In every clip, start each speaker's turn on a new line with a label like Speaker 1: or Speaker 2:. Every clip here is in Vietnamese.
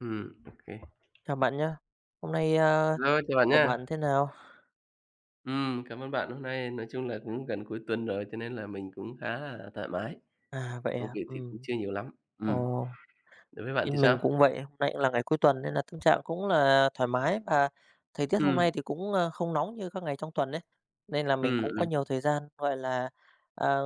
Speaker 1: OK. kê.
Speaker 2: Chào bạn nhé. Hôm nay,
Speaker 1: Rồi, chào bạn
Speaker 2: của
Speaker 1: nha.
Speaker 2: bạn thế nào?
Speaker 1: Cảm ơn bạn. Hôm nay nói chung là cũng gần cuối tuần rồi, cho nên là mình cũng khá là thoải mái,
Speaker 2: À, vậy
Speaker 1: công
Speaker 2: à?
Speaker 1: việc thì cũng chưa nhiều lắm. Ừm,
Speaker 2: Ồ,
Speaker 1: đối với bạn thì
Speaker 2: bên mình
Speaker 1: sao?
Speaker 2: cũng vậy, hôm nay cũng là ngày cuối tuần nên là tâm trạng cũng là thoải mái và thời tiết hôm nay
Speaker 1: Ừm,
Speaker 2: thì cũng, không nóng như các ngày trong tuần đấy. Nên là mình
Speaker 1: ừm,
Speaker 2: cũng có nhiều
Speaker 1: ừm,
Speaker 2: thời gian, gọi là, à,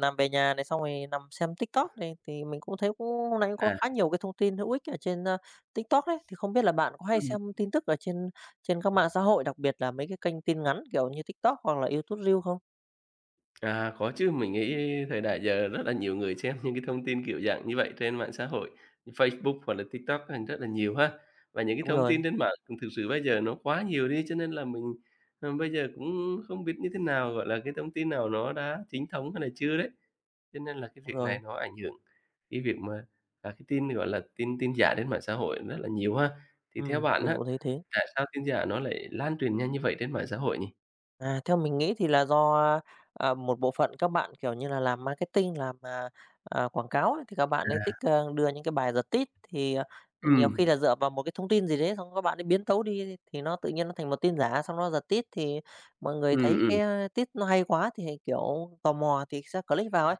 Speaker 2: nằm về nhà này, xong rồi nằm xem TikTok này, thì mình cũng thấy cũng hôm nay cũng có
Speaker 1: à,
Speaker 2: khá nhiều cái thông tin hữu ích ở trên, TikTok đấy. Thì không biết là bạn có hay
Speaker 1: ừm,
Speaker 2: xem tin tức ở trên trên các mạng xã hội, đặc biệt là mấy cái kênh tin ngắn kiểu như TikTok hoặc là YouTube reel không?
Speaker 1: có chứ, mình nghĩ thời đại giờ rất là nhiều người xem những cái thông tin kiểu dạng như vậy trên mạng xã hội, như Facebook hoặc là TikTok ha, rất là nhiều ha. Và những cái
Speaker 2: Đúng
Speaker 1: thông
Speaker 2: rồi,
Speaker 1: tin trên mạng cũng thực sự bây giờ nó quá nhiều đi, cho nên là mình bây giờ cũng không biết như thế nào, gọi là, cái thông tin nào nó đã chính thống hay là chưa đấy. Cho nên là cái
Speaker 2: đúng
Speaker 1: việc
Speaker 2: rồi.
Speaker 1: này nó ảnh hưởng cái việc mà, à, cái tin, gọi là, tin tin giả trên mạng xã hội rất là nhiều ha. Thì
Speaker 2: Ừ,
Speaker 1: theo bạn
Speaker 2: mình
Speaker 1: á,
Speaker 2: cũng thấy thế.
Speaker 1: tại sao tin giả nó lại lan truyền nhanh như vậy trên mạng xã hội nhỉ?
Speaker 2: À, theo mình nghĩ thì là do, một bộ phận các bạn, kiểu như là, làm marketing, làm, quảng cáo ấy, thì các bạn ấy thích,
Speaker 1: À,
Speaker 2: đưa những cái bài giật tít, thì,
Speaker 1: Ừ,
Speaker 2: nhiều khi là dựa vào một cái thông tin gì đấy, xong các bạn ấy biến tấu đi thì nó tự nhiên nó thành một tin giả, xong nó giật tít thì mọi người
Speaker 1: ừm,
Speaker 2: thấy
Speaker 1: ừm,
Speaker 2: cái, tít nó hay quá thì, kiểu, tò mò thì sẽ click vào ấy.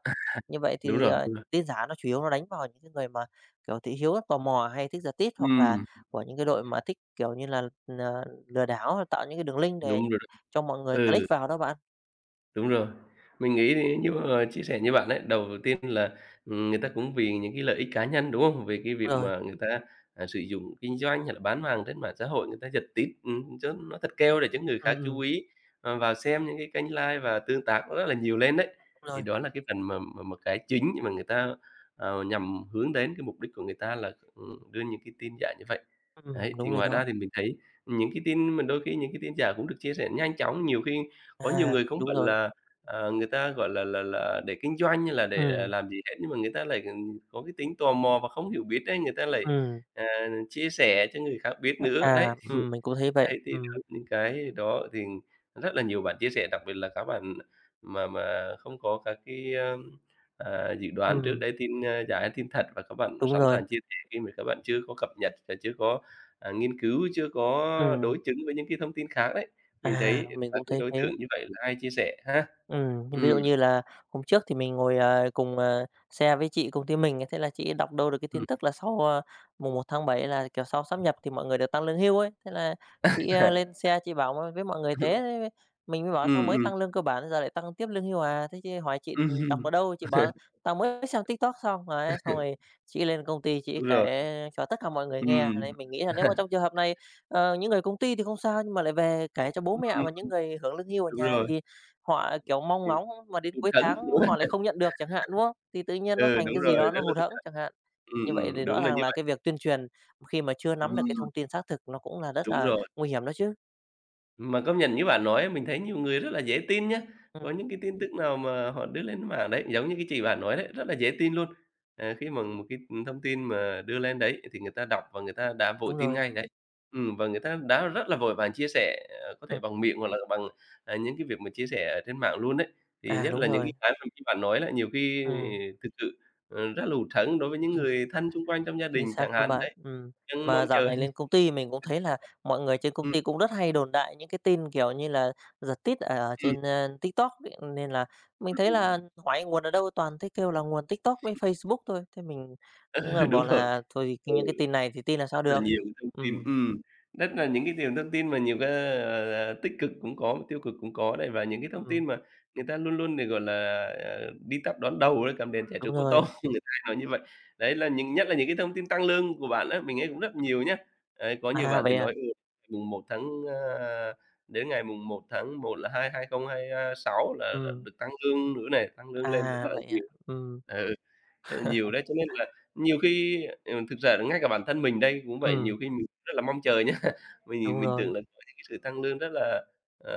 Speaker 2: Như vậy
Speaker 1: đúng
Speaker 2: thì,
Speaker 1: rồi, đúng rồi.
Speaker 2: tin giả nó chủ yếu nó đánh vào những cái người mà, kiểu, thị hiếu, tò mò hay thích giật tít, hoặc là
Speaker 1: Ừ,
Speaker 2: của những cái đội mà thích, kiểu như là, lừa đảo, tạo những cái đường link để
Speaker 1: đúng rồi đó.
Speaker 2: cho mọi người
Speaker 1: Ừ.
Speaker 2: click vào đó bạn.
Speaker 1: Đúng rồi. Mình nghĩ thì như, ờ, chia sẻ như bạn ấy, đầu tiên là, người ta cũng vì những cái lợi ích cá nhân, đúng không? Về cái
Speaker 2: Đúng
Speaker 1: việc
Speaker 2: rồi.
Speaker 1: mà người ta, à, sử dụng kinh doanh hay là bán hàng trên mạng xã hội, người ta giật tít, cho nó thật keo để cho người
Speaker 2: Ừm,
Speaker 1: khác chú ý, ờ, vào xem những cái kênh live và tương tác rất là nhiều lên đấy.
Speaker 2: đúng
Speaker 1: Thì
Speaker 2: rồi,
Speaker 1: đó là cái phần mà mà cái chính mà người ta, ờ, nhằm hướng đến cái mục đích của người ta là, đưa những cái tin giả như vậy. Đấy,
Speaker 2: đúng
Speaker 1: thì
Speaker 2: rồi
Speaker 1: ngoài
Speaker 2: đó.
Speaker 1: ra thì mình thấy những cái tin mà đôi khi những cái tin giả cũng được chia sẻ nhanh chóng, nhiều khi có nhiều
Speaker 2: À,
Speaker 1: người không
Speaker 2: đúng
Speaker 1: phải
Speaker 2: rồi,
Speaker 1: là, ờ, người ta, gọi là là, để kinh doanh hay là để, à,
Speaker 2: ừm,
Speaker 1: làm gì hết, nhưng mà người ta lại, ừ, có cái tính tò mò và không hiểu biết đấy người ta lại,
Speaker 2: ừm,
Speaker 1: à, chia sẻ cho người khác biết nữa.
Speaker 2: à,
Speaker 1: Đấy,
Speaker 2: mình cũng thấy vậy,
Speaker 1: đấy, thì đó, những cái đó thì rất là nhiều bạn chia sẻ, đặc biệt là các bạn mà không có các cái, ơ, à, dự đoán trước
Speaker 2: ừm,
Speaker 1: đấy tin, ơ, giả hay tin thật và các bạn
Speaker 2: đúng
Speaker 1: sẵn
Speaker 2: rồi,
Speaker 1: sàng chia sẻ khi mà các bạn chưa có cập nhật và chưa có, à, nghiên cứu, chưa có
Speaker 2: ừm,
Speaker 1: đối chứng với những cái thông tin khác đấy. Mình
Speaker 2: à,
Speaker 1: thấy
Speaker 2: mình
Speaker 1: các
Speaker 2: cũng
Speaker 1: cái
Speaker 2: thấy
Speaker 1: đối
Speaker 2: thế.
Speaker 1: tượng như vậy là hay chia sẻ ha.
Speaker 2: Ừ, nhưng ví
Speaker 1: Ừm,
Speaker 2: dụ như là hôm trước thì mình ngồi, cùng, xe với chị công ty mình, ấy, thế là chị đọc đâu được cái
Speaker 1: ừm,
Speaker 2: tin tức là sau, mùng 1 tháng 7 là, kiểu, sau sáp nhập thì mọi người được tăng lương hưu ấy. Thế là chị, lên xe chị bảo m với mọi người thế, thế mình mới bảo "Sao
Speaker 1: ừm,
Speaker 2: mới
Speaker 1: ừm,
Speaker 2: tăng lương cơ bản giờ lại tăng tiếp lương hưu à?" Thế chị hỏi chị, "Đọc ở
Speaker 1: ừm
Speaker 2: đâu?" Chị bảo "Tao mới xem TikTok xong." Đấy, xong rồi chị lên công ty chị
Speaker 1: Đúng rồi,
Speaker 2: kể cho tất cả mọi người
Speaker 1: ừm,
Speaker 2: nghe.
Speaker 1: ừm,
Speaker 2: Đấy, mình nghĩ là nếu mà trong trường hợp này, những người công ty thì không sao, nhưng mà lại về kể cho bố mẹ và những người hưởng lương hưu ở
Speaker 1: đúng
Speaker 2: nhà
Speaker 1: rồi,
Speaker 2: thì họ, kiểu, mong
Speaker 1: kiểu,
Speaker 2: ngóng mà đến
Speaker 1: hụt
Speaker 2: cuối
Speaker 1: hẫng.
Speaker 2: tháng họ lại không nhận được chẳng hạn, đúng không? Thì tự nhiên nó
Speaker 1: Ừ,
Speaker 2: thành
Speaker 1: đúng
Speaker 2: cái gì đó
Speaker 1: rồi,
Speaker 2: nó
Speaker 1: rất là
Speaker 2: hụt
Speaker 1: thú
Speaker 2: hẫng
Speaker 1: thật.
Speaker 2: chẳng hạn. Như vậy thì rõ
Speaker 1: Đúng là
Speaker 2: ràng
Speaker 1: như
Speaker 2: là
Speaker 1: vậy.
Speaker 2: cái việc tuyên truyền khi mà chưa nắm được cái
Speaker 1: Ừm,
Speaker 2: thông tin xác thực nó cũng là rất
Speaker 1: đúng
Speaker 2: là
Speaker 1: rồi.
Speaker 2: nguy hiểm đó chứ.
Speaker 1: Mà công nhận như bạn nói mình thấy nhiều người rất là dễ tin nhá.
Speaker 2: Ừm,
Speaker 1: Có những cái tin tức nào mà họ đưa lên mạng đấy, giống như cái chị bạn nói đấy, rất là dễ tin luôn. Ờ, khi mà một cái thông tin mà đưa lên đấy thì người ta đọc và người ta đã vội
Speaker 2: đúng
Speaker 1: tin
Speaker 2: rồi.
Speaker 1: ngay đấy. Và người ta đã rất là vội vàng chia sẻ, ờ, có thể
Speaker 2: Ừm,
Speaker 1: bằng miệng hoặc là bằng, à, những cái việc mà chia sẻ ở trên mạng luôn đấy. Thì
Speaker 2: à,
Speaker 1: nhất
Speaker 2: đúng
Speaker 1: là những
Speaker 2: rồi,
Speaker 1: cái mà như bạn nói là nhiều khi
Speaker 2: ừm.
Speaker 1: thực sự, ờ, rất là hụt hẫng đối với những người thân xung quanh trong gia
Speaker 2: Chính
Speaker 1: đình
Speaker 2: xác
Speaker 1: chẳng
Speaker 2: luôn
Speaker 1: hạn
Speaker 2: bạn.
Speaker 1: đấy. Vẫn mong
Speaker 2: Mà dạo
Speaker 1: chờ.
Speaker 2: này lên công ty mình cũng thấy là mọi người trên công
Speaker 1: Ừm,
Speaker 2: ty cũng rất hay đồn đại những cái tin, kiểu như là, giật tít ở ở
Speaker 1: ừm,
Speaker 2: trên, TikTok ấy, nên là mình thấy
Speaker 1: ừm.
Speaker 2: là hỏi nguồn ở đâu toàn thấy kêu là nguồn TikTok với Facebook thôi. Thế mình
Speaker 1: Ừ,
Speaker 2: cũng là
Speaker 1: đúng
Speaker 2: bảo
Speaker 1: rồi.
Speaker 2: là thôi thì
Speaker 1: Ừ.
Speaker 2: cái những cái tin này thì tin là sao
Speaker 1: Rất là
Speaker 2: được.
Speaker 1: nhiều thông tin,
Speaker 2: Ừm,
Speaker 1: rất là những cái điều thông tin mà nhiều cái, tích cực cũng có mà tiêu cực cũng có này, và những cái thông
Speaker 2: ừm,
Speaker 1: tin mà người ta luôn luôn để, gọi là, ờ, đi tắp đón đầu đấy, cắm đèn chạy
Speaker 2: đúng
Speaker 1: trước ô tô,
Speaker 2: rồi.
Speaker 1: người ta hay nói như vậy. Đấy là nhất là những cái thông tin tăng lương của bạn á, mình nghe cũng rất
Speaker 2: Ừm,
Speaker 1: nhiều nhá. Đấy, có nhiều
Speaker 2: à,
Speaker 1: bạn thì
Speaker 2: vậy à?
Speaker 1: nói, ừ, mùng một tháng, a, đến ngày mùng một tháng một là hai hai không hai, a, 6 là
Speaker 2: Ừm,
Speaker 1: được tăng lương nữa này, tăng lương lên rất
Speaker 2: à,
Speaker 1: là
Speaker 2: vậy à?
Speaker 1: nhiều.
Speaker 2: Ừm,
Speaker 1: Ờ. Rất là nhiều đấy, cho nên là nhiều khi, ờ, thực ra là ngay cả bản thân mình đây cũng vậy,
Speaker 2: ừm,
Speaker 1: nhiều khi mình rất là mong chờ nhá. Mình
Speaker 2: đúng
Speaker 1: mình
Speaker 2: rồi.
Speaker 1: tưởng là có những cái sự tăng lương rất là, ờ,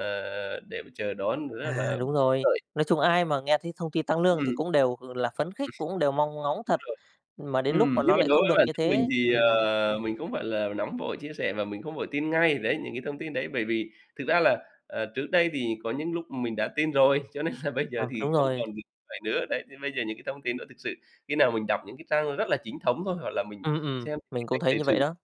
Speaker 1: để mà chờ đón rất
Speaker 2: À,
Speaker 1: là
Speaker 2: đúng
Speaker 1: phấn
Speaker 2: rồi.
Speaker 1: khởi.
Speaker 2: Nói chung ai mà nghe thấy thông tin tăng lương thì
Speaker 1: Ừm,
Speaker 2: cũng đều, ừ, là phấn khích, cũng đều mong ngóng
Speaker 1: đúng
Speaker 2: thật,
Speaker 1: rồi.
Speaker 2: ừ, mà đến lúc mà
Speaker 1: Nhưng
Speaker 2: nó
Speaker 1: mà
Speaker 2: lại
Speaker 1: đối
Speaker 2: không
Speaker 1: với
Speaker 2: được
Speaker 1: bản
Speaker 2: như
Speaker 1: thân mình
Speaker 2: thế
Speaker 1: thì, ờ, mình không phải là nóng vội chia sẻ và mình không vội tin ngay đấy, những cái thông tin đấy, bởi vì thực ra là, ờ, trước đây thì có những lúc mình đã tin rồi, cho nên là bây
Speaker 2: à,
Speaker 1: giờ thì
Speaker 2: đúng
Speaker 1: không
Speaker 2: rồi.
Speaker 1: còn bị vậy nữa. Đấy, thì bây giờ những cái thông tin đó thực sự khi nào mình đọc những cái trang rất là chính thống thôi, hoặc là mình xem
Speaker 2: Mình
Speaker 1: những cái
Speaker 2: cũng
Speaker 1: kênh
Speaker 2: thấy
Speaker 1: thời
Speaker 2: như vậy
Speaker 1: sự.
Speaker 2: đó.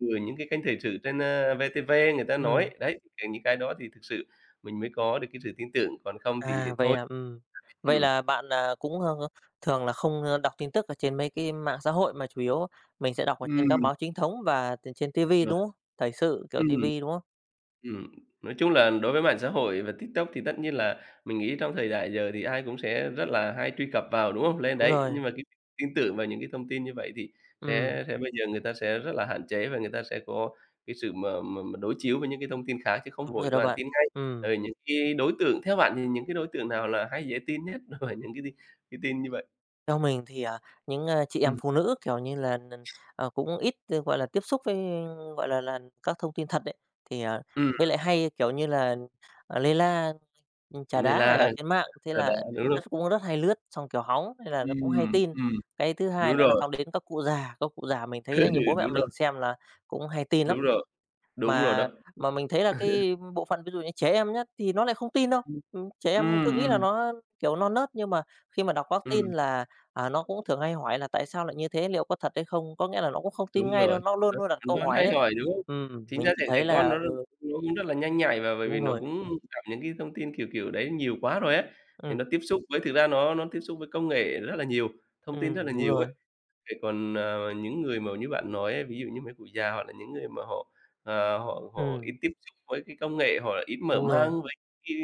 Speaker 1: Ừ, những cái kênh thời sự trên, a, VTV người ta
Speaker 2: Ừm,
Speaker 1: nói, đấy, thì những cái đó thì thực sự mình mới có được cái sự tin tưởng, còn không thì
Speaker 2: à, vậy
Speaker 1: thôi.
Speaker 2: à. Vậy
Speaker 1: Ừm.
Speaker 2: là bạn, cũng, thường là không, đọc tin tức ở trên mấy cái mạng xã hội mà chủ yếu mình sẽ đọc ở trên các
Speaker 1: Ừm,
Speaker 2: báo chính thống và t trên ti vi,
Speaker 1: rồi.
Speaker 2: đúng không? Thời sự, kiểu, ti
Speaker 1: Ừm.
Speaker 2: vi, đúng không?
Speaker 1: Ừm, nói chung là đối với mạng xã hội và TikTok thì tất nhiên là mình nghĩ trong thời đại giờ thì ai cũng sẽ rất là hay truy cập vào, đúng không? Lên
Speaker 2: Đúng
Speaker 1: đấy,
Speaker 2: rồi,
Speaker 1: nhưng mà cái tin tưởng vào những cái thông tin như vậy thì
Speaker 2: ừm,
Speaker 1: sẽ bây giờ người ta sẽ rất là hạn chế và người ta sẽ có cái sự mà mà đối chiếu với những cái thông tin khác chứ không
Speaker 2: đúng
Speaker 1: vội
Speaker 2: rồi đó
Speaker 1: toàn
Speaker 2: bạn.
Speaker 1: tin ngay.
Speaker 2: Ừm.
Speaker 1: Ừ, những cái đối tượng theo bạn thì những cái đối tượng nào là hay dễ tin nhất đối với những cái tin như vậy?
Speaker 2: Theo mình thì, những, chị em
Speaker 1: Ừm,
Speaker 2: phụ nữ, kiểu như là, n cũng ít, gọi là, tiếp xúc với, gọi là, các thông tin thật đấy thì,
Speaker 1: ừm,
Speaker 2: với lại hay, kiểu như là, lê la, trà
Speaker 1: vậy
Speaker 2: đá ở
Speaker 1: là
Speaker 2: ở trên mạng, thế
Speaker 1: là đã
Speaker 2: là
Speaker 1: đúng rồi.
Speaker 2: nó cũng rất hay lướt xong kiểu hóng, nên là nó cũng hay
Speaker 1: Ừm,
Speaker 2: tin.
Speaker 1: ừm,
Speaker 2: Cái thứ hai
Speaker 1: đúng
Speaker 2: nữa là
Speaker 1: rồi,
Speaker 2: xong đến các cụ già mình
Speaker 1: ừ,
Speaker 2: thấy như bố mẹ
Speaker 1: đúng rồi,
Speaker 2: mình xem là cũng hay tin lắm.
Speaker 1: đúng rồi, đúng rồi đó.
Speaker 2: Mà mà mình thấy là cái bộ phận ví dụ như trẻ em nhá, thì nó lại không tin đâu. Trẻ em cứ
Speaker 1: Ừm,
Speaker 2: nghĩ là
Speaker 1: ừm.
Speaker 2: nó, kiểu, non nớt, nhưng mà khi mà đọc báo tin
Speaker 1: Ừm,
Speaker 2: là, nó cũng thường hay hỏi là "Tại sao lại như thế? Liệu có thật hay không?" Có nghĩa là nó cũng không
Speaker 1: đúng
Speaker 2: tin ngay đâu,
Speaker 1: rồi,
Speaker 2: nó luôn
Speaker 1: nó
Speaker 2: luôn
Speaker 1: thật
Speaker 2: đặt câu
Speaker 1: nó
Speaker 2: hỏi
Speaker 1: hay
Speaker 2: đấy.
Speaker 1: hỏi, đúng không? Chính
Speaker 2: Mình
Speaker 1: ra
Speaker 2: thì
Speaker 1: trẻ
Speaker 2: thấy
Speaker 1: trẻ
Speaker 2: là
Speaker 1: con nó
Speaker 2: ừ,
Speaker 1: cũng rất là nhanh nhạy và bởi
Speaker 2: đúng
Speaker 1: vì nó
Speaker 2: rồi.
Speaker 1: cũng gặp những cái thông tin, kiểu, kiểu, đấy nhiều quá rồi á, thì
Speaker 2: Ừm,
Speaker 1: nó tiếp xúc với thực ra nó tiếp xúc với công nghệ rất là nhiều, thông tin rất là
Speaker 2: đúng
Speaker 1: nhiều
Speaker 2: rồi.
Speaker 1: ấy. Thế còn, ờ, những người mà như bạn nói ấy, ví dụ như mấy cụ già hoặc là những người mà họ, ờ, họ họ ít
Speaker 2: Ừm,
Speaker 1: tiếp xúc với cái công nghệ, họ ít mở
Speaker 2: đúng
Speaker 1: mang
Speaker 2: rồi.
Speaker 1: với cái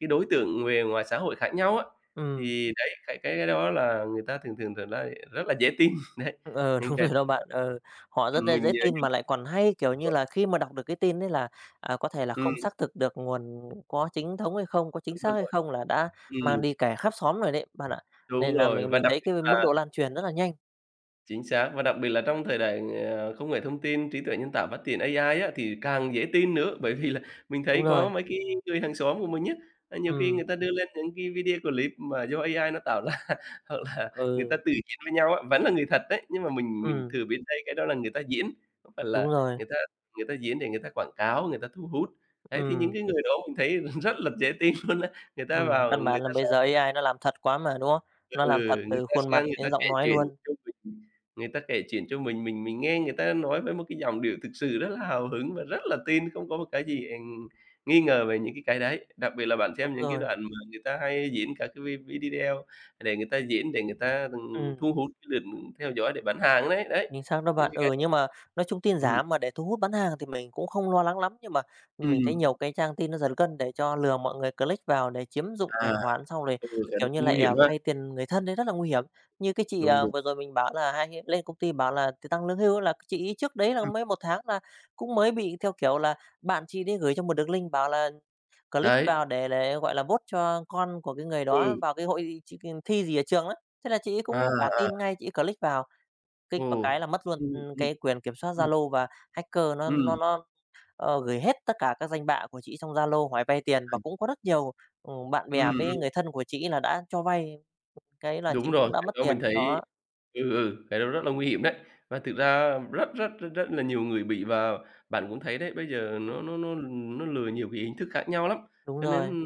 Speaker 1: đối tượng về ngoài xã hội khác nhau á,
Speaker 2: Ừm.
Speaker 1: thì đấy, cái đó là người ta thường thường thường là rất là dễ tin, đấy,
Speaker 2: Ờ,
Speaker 1: những
Speaker 2: đúng rồi
Speaker 1: cái
Speaker 2: đó bạn. Ờ, họ rất
Speaker 1: ừm,
Speaker 2: là
Speaker 1: mình
Speaker 2: dễ
Speaker 1: nhớ
Speaker 2: tin mà
Speaker 1: nhung
Speaker 2: lại còn hay, kiểu
Speaker 1: đúng
Speaker 2: như
Speaker 1: rồi.
Speaker 2: là, khi mà đọc được cái tin đấy là, có thể là
Speaker 1: Ừm,
Speaker 2: không xác thực được nguồn có chính thống hay không, có chính
Speaker 1: đúng
Speaker 2: xác hay
Speaker 1: rồi.
Speaker 2: không là đã mang
Speaker 1: Ừm,
Speaker 2: đi kể khắp xóm rồi đấy, bạn ạ.
Speaker 1: đúng
Speaker 2: Nên là
Speaker 1: rồi,
Speaker 2: mình
Speaker 1: và
Speaker 2: mình
Speaker 1: đặc
Speaker 2: thấy
Speaker 1: biệt
Speaker 2: cái
Speaker 1: là
Speaker 2: mức độ lan truyền rất là nhanh.
Speaker 1: chính xác, và đặc biệt là trong thời đại, ờ, công nghệ thông tin, trí tuệ nhân tạo phát triển AI á, thì càng dễ tin nữa. Bởi vì là mình
Speaker 2: Đúng
Speaker 1: thấy có
Speaker 2: rồi.
Speaker 1: mấy cái người hàng xóm của mình á, à, nhiều khi
Speaker 2: Ừm,
Speaker 1: người ta đưa lên những cái video clip mà do AI nó tạo ra, hoặc là người ta
Speaker 2: ừ,
Speaker 1: tự diễn với nhau á, vẫn là người thật đấy, nhưng mà mình
Speaker 2: ừm,
Speaker 1: thừa biết đấy, cái đó là người ta diễn, không phải
Speaker 2: đúng
Speaker 1: là
Speaker 2: rồi.
Speaker 1: người ta diễn để người ta quảng cáo, người ta thu hút. Đấy, thì những
Speaker 2: Ừm,
Speaker 1: cái người đó mình thấy rất là dễ tin luôn á, người ta vào
Speaker 2: căn
Speaker 1: người
Speaker 2: bản là
Speaker 1: ta.
Speaker 2: bây giờ AI nó làm thật quá mà, đúng không? Nó
Speaker 1: Ừ,
Speaker 2: làm thật
Speaker 1: người
Speaker 2: từ
Speaker 1: ta
Speaker 2: khuôn mặt
Speaker 1: sang người ta
Speaker 2: đến giọng
Speaker 1: kể
Speaker 2: nói
Speaker 1: chuyện
Speaker 2: luôn.
Speaker 1: cho mình, người ta kể chuyện cho mình, mình nghe người ta nói với một cái giọng điệu thực sự rất là hào hứng và rất là tin, không có một cái gì, nghi ngờ về những cái đấy. Đặc biệt là bạn
Speaker 2: Đúng
Speaker 1: xem những cái
Speaker 2: rồi.
Speaker 1: đoạn mà người ta hay diễn các cái video để người ta diễn, để người ta,
Speaker 2: Ừm.
Speaker 1: thu hút cái lượt theo dõi để bán hàng đấy, đấy,
Speaker 2: Chính xác đó
Speaker 1: những
Speaker 2: bạn.
Speaker 1: cái
Speaker 2: Ừ, nhưng mà nói chung tin
Speaker 1: ừm,
Speaker 2: giả mà để thu hút bán hàng thì mình cũng không lo lắng lắm, nhưng mình
Speaker 1: ừm,
Speaker 2: thấy nhiều cái trang tin nó giật gân để cho lừa mọi người click vào để chiếm dụng
Speaker 1: à,
Speaker 2: tài khoản, xong rồi,
Speaker 1: ừ, cái
Speaker 2: kiểu
Speaker 1: đó
Speaker 2: như,
Speaker 1: cũng
Speaker 2: lại,
Speaker 1: nguy hiểm ha.
Speaker 2: vay tiền người thân đấy rất là nguy hiểm. Như cái chị,
Speaker 1: Đúng, đúng,
Speaker 2: vừa rồi mình bảo là hay hiện lên công ty bảo là t tăng lương hưu ấy, là cái chị ấy trước đấy là
Speaker 1: ừm,
Speaker 2: mấy một tháng là cũng mới bị theo kiểu là bạn chị đi gửi cho một đường link bảo là click
Speaker 1: đấy,
Speaker 2: vào gọi là, vote cho con của cái người
Speaker 1: ừ,
Speaker 2: đó vào cái hội ch thi gì ở trường đó. Thế là chị ấy
Speaker 1: à,
Speaker 2: cũng cả
Speaker 1: à,
Speaker 2: tin ngay, chị ấy click vào. Kích
Speaker 1: ừ,
Speaker 2: vào cái là mất luôn,
Speaker 1: ừm, ừm,
Speaker 2: cái quyền kiểm soát
Speaker 1: ừm,
Speaker 2: Zalo và hacker nó nó
Speaker 1: ừm,
Speaker 2: nó, gửi hết tất cả các danh bạ của chị trong Zalo hỏi vay tiền và
Speaker 1: à,
Speaker 2: cũng có rất nhiều, bạn bè với
Speaker 1: ừm.
Speaker 2: người thân của chị là đã cho vay, cái là
Speaker 1: Đúng
Speaker 2: chị
Speaker 1: rồi,
Speaker 2: cũng đã
Speaker 1: cái
Speaker 2: mất
Speaker 1: đó mình
Speaker 2: tiền.
Speaker 1: thấy
Speaker 2: Đó,
Speaker 1: ừ, ừ, cái đó rất là nguy hiểm đấy. Và thực ra rất rất rất rất là nhiều người bị, và bạn cũng thấy đấy, bây giờ nó lừa nhiều cái hình thức khác nhau lắm,
Speaker 2: đúng
Speaker 1: cho
Speaker 2: rồi,
Speaker 1: nên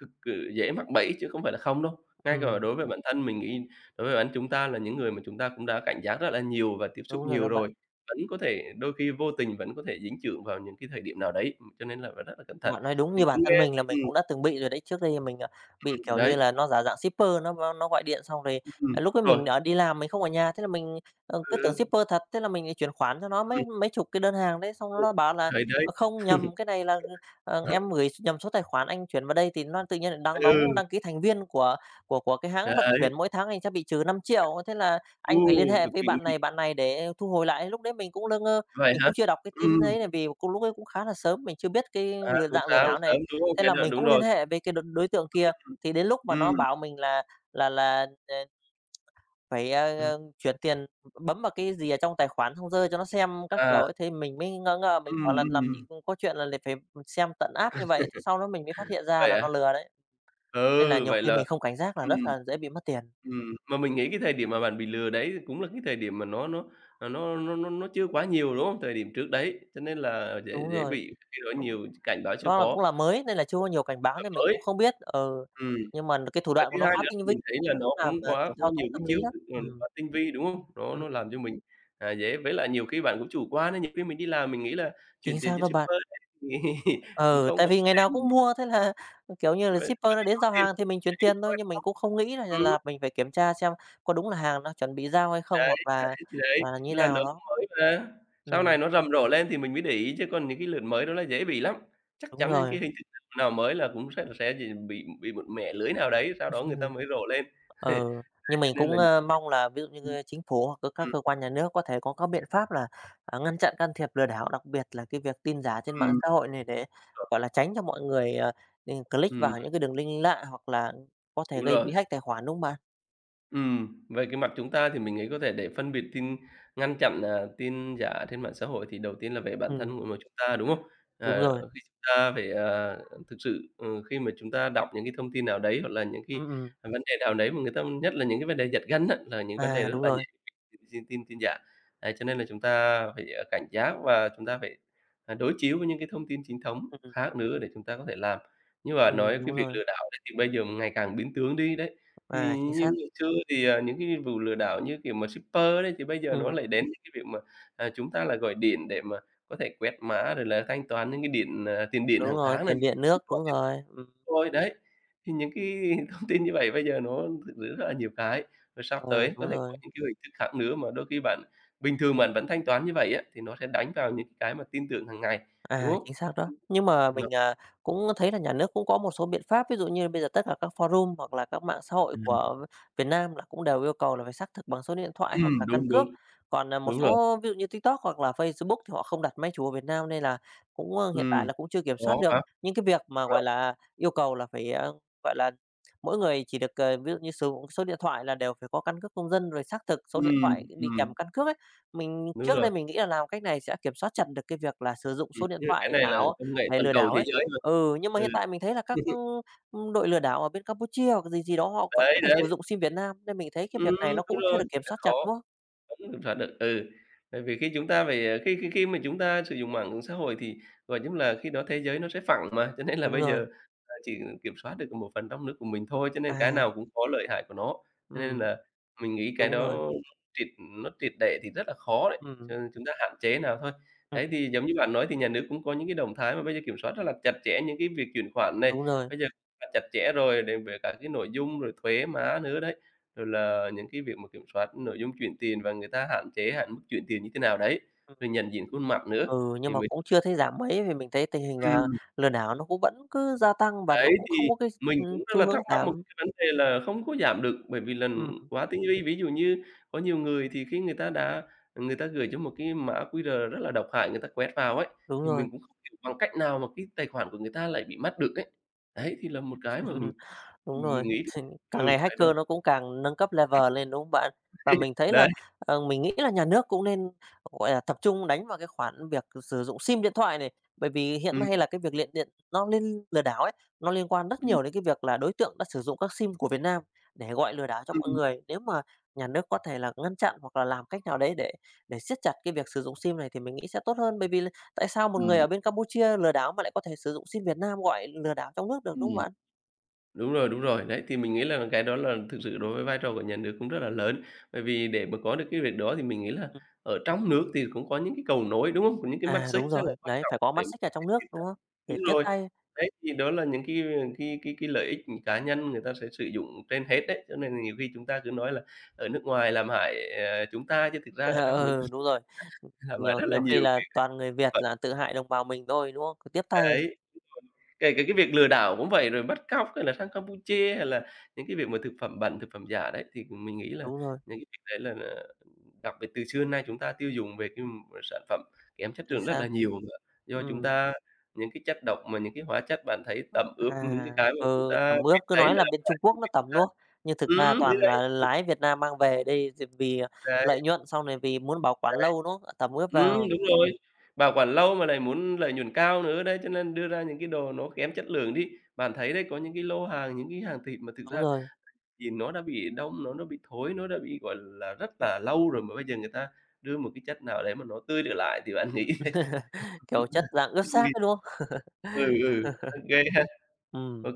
Speaker 1: thực sự dễ mắc bẫy chứ không phải là không đâu. Ngay cả
Speaker 2: ừm,
Speaker 1: đối với bản thân mình nghĩ đối với bản chúng ta là những người mà chúng ta cũng đã cảnh giác rất là nhiều và tiếp xúc
Speaker 2: đúng rồi đó
Speaker 1: nhiều
Speaker 2: bạn.
Speaker 1: rồi, vẫn có thể đôi khi vô tình vẫn có thể dính chưởng vào những cái thời điểm nào đấy, cho nên là phải rất là cẩn thận.
Speaker 2: Bạn nói đúng, như
Speaker 1: Mình
Speaker 2: bản
Speaker 1: cũng
Speaker 2: thân
Speaker 1: nghe
Speaker 2: mình là mình
Speaker 1: ừm,
Speaker 2: cũng đã từng bị rồi đấy. Trước đây mình, bị, kiểu như
Speaker 1: đấy,
Speaker 2: là, nó giả dạng shipper, nó gọi điện xong rồi, lúc
Speaker 1: đúng
Speaker 2: ấy mình
Speaker 1: rồi,
Speaker 2: ở đi làm mình không ở nhà, thế là mình, cứ tưởng
Speaker 1: ừ,
Speaker 2: shipper thật, thế là mình lại chuyển khoản cho nó
Speaker 1: ừ,
Speaker 2: mấy mấy chục cái đơn hàng đấy, xong
Speaker 1: ừ,
Speaker 2: nó bảo là
Speaker 1: đấy, đấy.
Speaker 2: "Ờ, không, nhầm, cái này là, em gửi nhầm số tài khoản, anh chuyển vào đây." Thì nó tự nhiên lại đang đóng
Speaker 1: Ừ,
Speaker 2: đăng ký thành viên của của cái hãng vận
Speaker 1: đấy,
Speaker 2: chuyển, mỗi tháng anh sẽ bị trừ 5 triệu thế là anh
Speaker 1: u,
Speaker 2: phải liên hệ
Speaker 1: cực
Speaker 2: với
Speaker 1: kỳ nguy hiểm.
Speaker 2: bạn này để thu hồi lại. Lúc đấy mình cũng lơ ngơ
Speaker 1: Vậy
Speaker 2: mình
Speaker 1: hả?
Speaker 2: cũng chưa đọc cái tin
Speaker 1: Ừm,
Speaker 2: ấy này vì cũng lúc ấy cũng khá là sớm, mình chưa biết cái
Speaker 1: à,
Speaker 2: lừa
Speaker 1: cũng
Speaker 2: dạng lừa
Speaker 1: khá là
Speaker 2: đảo
Speaker 1: sớm,
Speaker 2: này,
Speaker 1: đúng không?
Speaker 2: thế
Speaker 1: Cái
Speaker 2: là
Speaker 1: đợt
Speaker 2: mình
Speaker 1: đúng
Speaker 2: cũng liên
Speaker 1: rồi.
Speaker 2: hệ với cái đối đối tượng kia, thì đến lúc mà nó
Speaker 1: Ừm,
Speaker 2: bảo mình là là là, ờ, phải,
Speaker 1: ừm,
Speaker 2: chuyển tiền, bấm vào cái gì ở trong tài khoản xong rơi cho nó xem các kiểu
Speaker 1: à,
Speaker 2: ấy, thì mình mới ngỡ ngơ, mình
Speaker 1: ừm,
Speaker 2: bảo là
Speaker 1: ừm,
Speaker 2: làm
Speaker 1: ừm,
Speaker 2: gì cũng có chuyện là lại phải xem tận app như vậy, thế sau đó mình mới phát hiện ra
Speaker 1: vậy
Speaker 2: là
Speaker 1: à?
Speaker 2: nó lừa đấy, nên là
Speaker 1: Ừ,
Speaker 2: nhiều
Speaker 1: vậy
Speaker 2: khi mình
Speaker 1: là
Speaker 2: không cảnh giác là
Speaker 1: ừm,
Speaker 2: rất là dễ bị mất tiền.
Speaker 1: mà mình nghĩ cái thời điểm mà bạn bị lừa đấy cũng là cái thời điểm mà nó, à, nó chưa quá nhiều, đúng không? Thời điểm trước đấy, cho nên là dễ
Speaker 2: Đúng
Speaker 1: dễ
Speaker 2: rồi.
Speaker 1: bị khi đó nhiều cảnh báo chưa
Speaker 2: Nó là
Speaker 1: có
Speaker 2: cũng là mới nên là chưa có nhiều cảnh báo
Speaker 1: và
Speaker 2: nên mình cũng
Speaker 1: mới.
Speaker 2: không biết, ừ,
Speaker 1: Ừm.
Speaker 2: nhưng mà cái thủ
Speaker 1: Và
Speaker 2: đoạn của
Speaker 1: thứ
Speaker 2: nó
Speaker 1: hai
Speaker 2: khá
Speaker 1: nữa là
Speaker 2: tinh vi,
Speaker 1: mình thấy là
Speaker 2: nó
Speaker 1: nó
Speaker 2: cũng làm,
Speaker 1: cũng quá
Speaker 2: kiểu,
Speaker 1: có
Speaker 2: thao
Speaker 1: nhiều
Speaker 2: túng
Speaker 1: cái
Speaker 2: tâm
Speaker 1: chiêu
Speaker 2: lý đó.
Speaker 1: thức mà nó
Speaker 2: Ừm,
Speaker 1: quá tinh vi, đúng không? Nó
Speaker 2: ừm,
Speaker 1: nó làm cho mình, dễ với lại nhiều khi bạn cũng chủ quan ấy, nhiều khi mình đi làm mình nghĩ là chuyển
Speaker 2: chính
Speaker 1: tiền
Speaker 2: xác
Speaker 1: cho
Speaker 2: đó bạn.
Speaker 1: shipper thì cũng
Speaker 2: Ừ,
Speaker 1: không
Speaker 2: tại
Speaker 1: có
Speaker 2: vì
Speaker 1: vấn
Speaker 2: ngày
Speaker 1: đề
Speaker 2: nào
Speaker 1: gì,
Speaker 2: cũng mua thế là, kiểu như là,
Speaker 1: với
Speaker 2: shipper nó đến
Speaker 1: số
Speaker 2: giao
Speaker 1: tiền
Speaker 2: hàng
Speaker 1: nó
Speaker 2: thì mình
Speaker 1: cũng
Speaker 2: chuyển
Speaker 1: ít
Speaker 2: tiền thôi,
Speaker 1: thôi,
Speaker 2: nhưng
Speaker 1: đúng
Speaker 2: mình
Speaker 1: không?
Speaker 2: cũng không nghĩ là
Speaker 1: Ừm,
Speaker 2: là mình phải kiểm tra xem có đúng là hàng nó chuẩn bị giao hay không,
Speaker 1: đấy,
Speaker 2: hoặc
Speaker 1: thì đấy,
Speaker 2: là như
Speaker 1: như là
Speaker 2: nào
Speaker 1: nó cũng
Speaker 2: đó.
Speaker 1: mới mà, sau
Speaker 2: Ừm,
Speaker 1: này nó rầm rộ lên thì mình mới để ý, chứ còn những cái lượt mới đó là dễ bị lắm. Chắc
Speaker 2: đúng
Speaker 1: chắn những
Speaker 2: rồi.
Speaker 1: cái hình thức nào mới là cũng sẽ gì bị một mẻ lưới nào đấy, sau đó người ta mới rộ lên.
Speaker 2: Ừ, nhưng
Speaker 1: Cho
Speaker 2: mình
Speaker 1: nên
Speaker 2: cũng,
Speaker 1: là
Speaker 2: mong là ví dụ như,
Speaker 1: ừm,
Speaker 2: chính phủ hoặc c các
Speaker 1: ừm,
Speaker 2: cơ quan nhà nước có thể có các biện pháp là, ngăn chặn can thiệp lừa đảo, đặc biệt là cái việc tin giả trên mạng
Speaker 1: ừm,
Speaker 2: xã hội này để, gọi là, tránh cho mọi người, ừ, click vào những cái đường link lạ hoặc là có thể
Speaker 1: đúng
Speaker 2: gây
Speaker 1: rồi.
Speaker 2: bị hack tài khoản, đúng không bạn?
Speaker 1: Về cái mặt chúng ta thì mình nghĩ có thể để phân biệt tin ngăn chặn, à, tin giả trên mạng xã hội thì đầu tiên là về bản
Speaker 2: Ừm,
Speaker 1: thân của mỗi chúng ta, đúng không?
Speaker 2: đúng
Speaker 1: Ờ,
Speaker 2: rồi,
Speaker 1: khi chúng ta phải, thực sự, khi mà chúng ta đọc những cái thông tin nào đấy hoặc là những cái
Speaker 2: ừm, ừm,
Speaker 1: vấn đề nào đấy mà người ta nhất là những cái vấn đề giật gân á, là những vấn đề
Speaker 2: à,
Speaker 1: rất là dễ bị tin tin tin giả. Đấy, cho nên là chúng ta phải, cảnh giác và chúng ta phải, đối chiếu với những cái thông tin chính thống
Speaker 2: ừm, ừm,
Speaker 1: khác nữa để chúng ta có thể làm. Nhưng mà nói
Speaker 2: đúng
Speaker 1: cái việc
Speaker 2: rồi,
Speaker 1: lừa đảo đấy thì bây giờ ngày càng biến tướng đi đấy. Thì
Speaker 2: à, chính
Speaker 1: như
Speaker 2: xác,
Speaker 1: ngày xưa thì, những cái vụ lừa đảo như kiểu mà shipper đấy, thì bây giờ nó
Speaker 2: ừm,
Speaker 1: lại đến những cái việc mà, chúng ta là gọi điện để mà có thể quẹt mã rồi là thanh toán những cái điện, à, tiền điện
Speaker 2: đúng
Speaker 1: hàng
Speaker 2: rồi,
Speaker 1: tháng này
Speaker 2: tiền
Speaker 1: mình
Speaker 2: điện nước,
Speaker 1: mình gọi
Speaker 2: đúng
Speaker 1: điện
Speaker 2: rồi,
Speaker 1: thôi, đấy. Thì những cái thông tin như vậy bây giờ nó thực sự rất là nhiều cái, rồi sắp
Speaker 2: ờ,
Speaker 1: tới có
Speaker 2: đúng
Speaker 1: thể có
Speaker 2: rồi.
Speaker 1: những cái hình thức khác nữa mà đôi khi bạn bình thường bạn vẫn thanh toán như vậy á, thì nó sẽ đánh vào những cái mà tin tưởng hàng ngày, đúng
Speaker 2: À,
Speaker 1: không?
Speaker 2: chính xác đó. Nhưng mà
Speaker 1: Mà
Speaker 2: mình, cũng thấy là nhà nước cũng có một số biện pháp, ví dụ như bây giờ tất cả các forum hoặc là các mạng xã hội của Việt Nam là cũng đều yêu cầu là phải xác thực bằng số điện thoại hoặc là căn
Speaker 1: đúng, đúng,
Speaker 2: cước. Còn, một
Speaker 1: đúng rồi.
Speaker 2: số ví dụ như TikTok hoặc là Facebook thì họ không đặt máy chủ ở Việt Nam nên là cũng, hiện
Speaker 1: Ừm,
Speaker 2: tại là cũng chưa kiểm soát
Speaker 1: có
Speaker 2: được
Speaker 1: áp,
Speaker 2: những cái việc
Speaker 1: đúng
Speaker 2: mà, gọi
Speaker 1: rồi.
Speaker 2: là, yêu cầu là phải, gọi là, mỗi người chỉ được, ví dụ như sử dụng số điện thoại là đều phải có căn cước công dân rồi xác thực số điện
Speaker 1: Ừm,
Speaker 2: thoại đi kèm
Speaker 1: ừm,
Speaker 2: căn cước ấy. Mình
Speaker 1: đúng
Speaker 2: trước
Speaker 1: rồi.
Speaker 2: đây mình nghĩ là làm cách này sẽ kiểm soát chặt được cái việc là sử dụng số điện
Speaker 1: Nhưng mà
Speaker 2: thoại
Speaker 1: cái này là
Speaker 2: ảo
Speaker 1: công nghệ
Speaker 2: để
Speaker 1: toàn
Speaker 2: lừa
Speaker 1: cầu
Speaker 2: đảo
Speaker 1: thế
Speaker 2: ấy.
Speaker 1: giới mà.
Speaker 2: Ừ, nhưng mà
Speaker 1: Ừ.
Speaker 2: hiện tại mình thấy là các, đội lừa đảo ở bên Campuchia hoặc gì gì đó họ vẫn có
Speaker 1: Đấy,
Speaker 2: thể sử
Speaker 1: đấy.
Speaker 2: dụng sim Việt Nam, nên mình thấy cái việc
Speaker 1: Ừm,
Speaker 2: này nó cũng
Speaker 1: đúng
Speaker 2: chưa
Speaker 1: rồi,
Speaker 2: được kiểm
Speaker 1: là
Speaker 2: soát chặt,
Speaker 1: khó.
Speaker 2: đúng không?
Speaker 1: Đúng, kiểm soát được, ừ. Bởi vì khi chúng ta phải, ờ, khi khi khi mà chúng ta sử dụng mạng xã hội thì, gọi giống là, khi đó thế giới nó sẽ phẳng mà, cho nên là
Speaker 2: Đúng
Speaker 1: bây
Speaker 2: rồi,
Speaker 1: giờ, chỉ kiểm soát được một phần trong nước của mình thôi, cho nên cái
Speaker 2: à,
Speaker 1: nào cũng có lợi hại của nó. Cho nên
Speaker 2: ừm,
Speaker 1: là mình nghĩ cái
Speaker 2: đúng rồi,
Speaker 1: đó triệt nó triệt để thì rất là khó đấy,
Speaker 2: ừm,
Speaker 1: cho nên chúng ta hạn chế nào thôi. Đấy,
Speaker 2: ừm,
Speaker 1: thì giống như bạn nói thì nhà nước cũng có những cái động thái mà bây giờ kiểm soát rất là chặt chẽ những cái việc chuyển khoản này,
Speaker 2: đúng rồi,
Speaker 1: bây giờ chặt chẽ rồi đến về cả cái nội dung rồi thuế má nữa đấy rồi là những cái việc mà kiểm soát nội dung chuyển tiền và người ta hạn chế hạn mức chuyển tiền như thế nào đấy,
Speaker 2: ừm,
Speaker 1: rồi nhận diện khuôn mặt nữa
Speaker 2: ừ, nhưng
Speaker 1: thì
Speaker 2: mà
Speaker 1: mình
Speaker 2: cũng chưa thấy giảm mấy vì mình thấy tình hình,
Speaker 1: ừm,
Speaker 2: lừa đảo nó cũng vẫn cứ gia tăng và nó
Speaker 1: đấy,
Speaker 2: cũng không
Speaker 1: thì
Speaker 2: có cái,
Speaker 1: mình cũng rất
Speaker 2: xu
Speaker 1: là thắc
Speaker 2: hướng
Speaker 1: mắc một
Speaker 2: giảm.
Speaker 1: cái vấn đề là không có giảm được bởi vì là
Speaker 2: Ừm,
Speaker 1: quá tinh vi. Ví dụ như có nhiều người thì khi người ta đã người ta gửi cho một cái mã QR rất là độc hại, người ta quét vào ấy,
Speaker 2: đúng
Speaker 1: thì
Speaker 2: rồi,
Speaker 1: mình cũng không hiểu bằng cách nào mà cái tài khoản của người ta lại bị mất được ấy.
Speaker 2: ừm.
Speaker 1: Đấy, thì là một cái mà mình
Speaker 2: Đúng rồi,
Speaker 1: mình nghĩ được
Speaker 2: càng
Speaker 1: ừ,
Speaker 2: ngày
Speaker 1: cái đó.
Speaker 2: hacker nó cũng càng nâng cấp level lên, đúng không bạn? Và mình thấy là,
Speaker 1: Đấy,
Speaker 2: mình nghĩ là nhà nước cũng nên, gọi là, tập trung đánh vào cái khoản việc sử dụng sim điện thoại này, bởi vì hiện
Speaker 1: ừm.
Speaker 2: nay là cái việc liện điện nó liên lừa đảo ấy, nó liên quan rất
Speaker 1: Ừm,
Speaker 2: nhiều đến cái việc là đối tượng đã sử dụng các sim của Việt Nam để gọi lừa đảo cho mọi
Speaker 1: ừm,
Speaker 2: người. Nếu mà nhà nước có thể là ngăn chặn hoặc là làm cách nào đấy để siết chặt cái việc sử dụng sim này thì mình nghĩ sẽ tốt hơn, bởi vì là tại sao một người ở bên Campuchia lừa đảo mà lại có thể sử dụng sim Việt Nam gọi lừa đảo trong nước được, đúng không
Speaker 1: ừm.
Speaker 2: bạn?
Speaker 1: Đúng rồi, đúng rồi. Đấy, thì mình nghĩ là cái đó là thực sự đối với vai trò của nhà nước cũng rất là lớn. Bởi vì để mà có được cái việc đó thì mình nghĩ là ở trong nước thì cũng có những cái cầu nối, đúng không? Có những cái mắt
Speaker 2: À,
Speaker 1: xích
Speaker 2: đúng
Speaker 1: rất là
Speaker 2: rồi,
Speaker 1: quan
Speaker 2: đấy,
Speaker 1: trọng
Speaker 2: phải có mắt xích ở trong
Speaker 1: để
Speaker 2: nước,
Speaker 1: tiếp
Speaker 2: đúng
Speaker 1: cận.
Speaker 2: không? Để
Speaker 1: Đúng
Speaker 2: tiếp
Speaker 1: rồi.
Speaker 2: tay.
Speaker 1: Đấy, thì đó là những cái cái lợi ích cá nhân người ta sẽ sử dụng trên hết đấy. Cho nên là nhiều khi chúng ta cứ nói là ở nước ngoài làm hại, chúng ta chứ thực ra ở trong nước
Speaker 2: Ừ, đúng rồi.
Speaker 1: làm hại
Speaker 2: Nhiều
Speaker 1: rất là
Speaker 2: Nhiều khi
Speaker 1: nhiều
Speaker 2: là
Speaker 1: cái
Speaker 2: toàn người Việt
Speaker 1: phẩm
Speaker 2: là tự hại đồng bào mình thôi, đúng không? Cứ tiếp tay,
Speaker 1: đấy. Kể cả cái việc lừa đảo cũng vậy, rồi
Speaker 2: ừm,
Speaker 1: bắt cóc hay là sang Campuchia, hay là những cái việc mà thực phẩm bẩn, thực phẩm giả đấy, thì mình nghĩ là
Speaker 2: đúng rồi,
Speaker 1: những cái việc đấy là đặc biệt từ xưa đến nay chúng ta tiêu dùng về cái sản phẩm kém chất
Speaker 2: chính
Speaker 1: lượng rất
Speaker 2: xác.
Speaker 1: là nhiều mà. Do chúng
Speaker 2: Ừm,
Speaker 1: ta những cái chất độc mà những cái hóa chất bạn thấy tẩm ướp những cái
Speaker 2: à,
Speaker 1: cái mà chúng
Speaker 2: ừ,
Speaker 1: ta
Speaker 2: tẩm ướp,
Speaker 1: biết
Speaker 2: cứ
Speaker 1: đấy
Speaker 2: nói
Speaker 1: là
Speaker 2: là
Speaker 1: độc
Speaker 2: bên
Speaker 1: hại
Speaker 2: Trung
Speaker 1: cho
Speaker 2: Quốc nó
Speaker 1: người
Speaker 2: tẩm,
Speaker 1: chúng ta
Speaker 2: đúng không? Nhưng thực ra
Speaker 1: đấy,
Speaker 2: toàn
Speaker 1: đấy,
Speaker 2: là lái Việt Nam mang về đây d vì
Speaker 1: đấy,
Speaker 2: lợi nhuận, xong này vì muốn bảo quản
Speaker 1: đấy.
Speaker 2: lâu, đúng không? Tẩm ướp vào.
Speaker 1: Đúng rồi, bảo quản lâu mà lại muốn lợi nhuận cao nữa đấy, cho nên đưa ra những cái đồ nó kém chất lượng đi. Bạn thấy đấy, có những cái lô hàng, những cái hàng thịt mà thực
Speaker 2: Đúng
Speaker 1: ra
Speaker 2: rồi.
Speaker 1: thì nó đã bị đông, nó bị thối, nó đã bị, gọi là, rất
Speaker 2: Ừm,
Speaker 1: là lâu rồi mà bây giờ người ta đưa một cái chất nào đấy mà nó tươi trở lại thì bạn nghĩ thế
Speaker 2: kiểu, chất dạng ướp xác
Speaker 1: vui.
Speaker 2: ấy, đúng không?
Speaker 1: Ừ, ừ, ok kê ha,
Speaker 2: Ừ.
Speaker 1: ô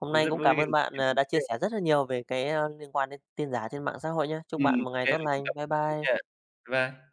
Speaker 2: Hôm
Speaker 1: cũng
Speaker 2: nay
Speaker 1: rất
Speaker 2: cũng
Speaker 1: vui
Speaker 2: cảm
Speaker 1: khi
Speaker 2: ơn
Speaker 1: được nói
Speaker 2: bạn,
Speaker 1: chuyện với
Speaker 2: đã
Speaker 1: bạn nha.
Speaker 2: chia sẻ rất là nhiều về cái, liên quan đến tin giả trên mạng xã hội nhá. Chúc bạn một
Speaker 1: Ok
Speaker 2: ngày
Speaker 1: kê,
Speaker 2: tốt
Speaker 1: mình cũng cảm
Speaker 2: lành. Bye bye.
Speaker 1: nha. Bye bye.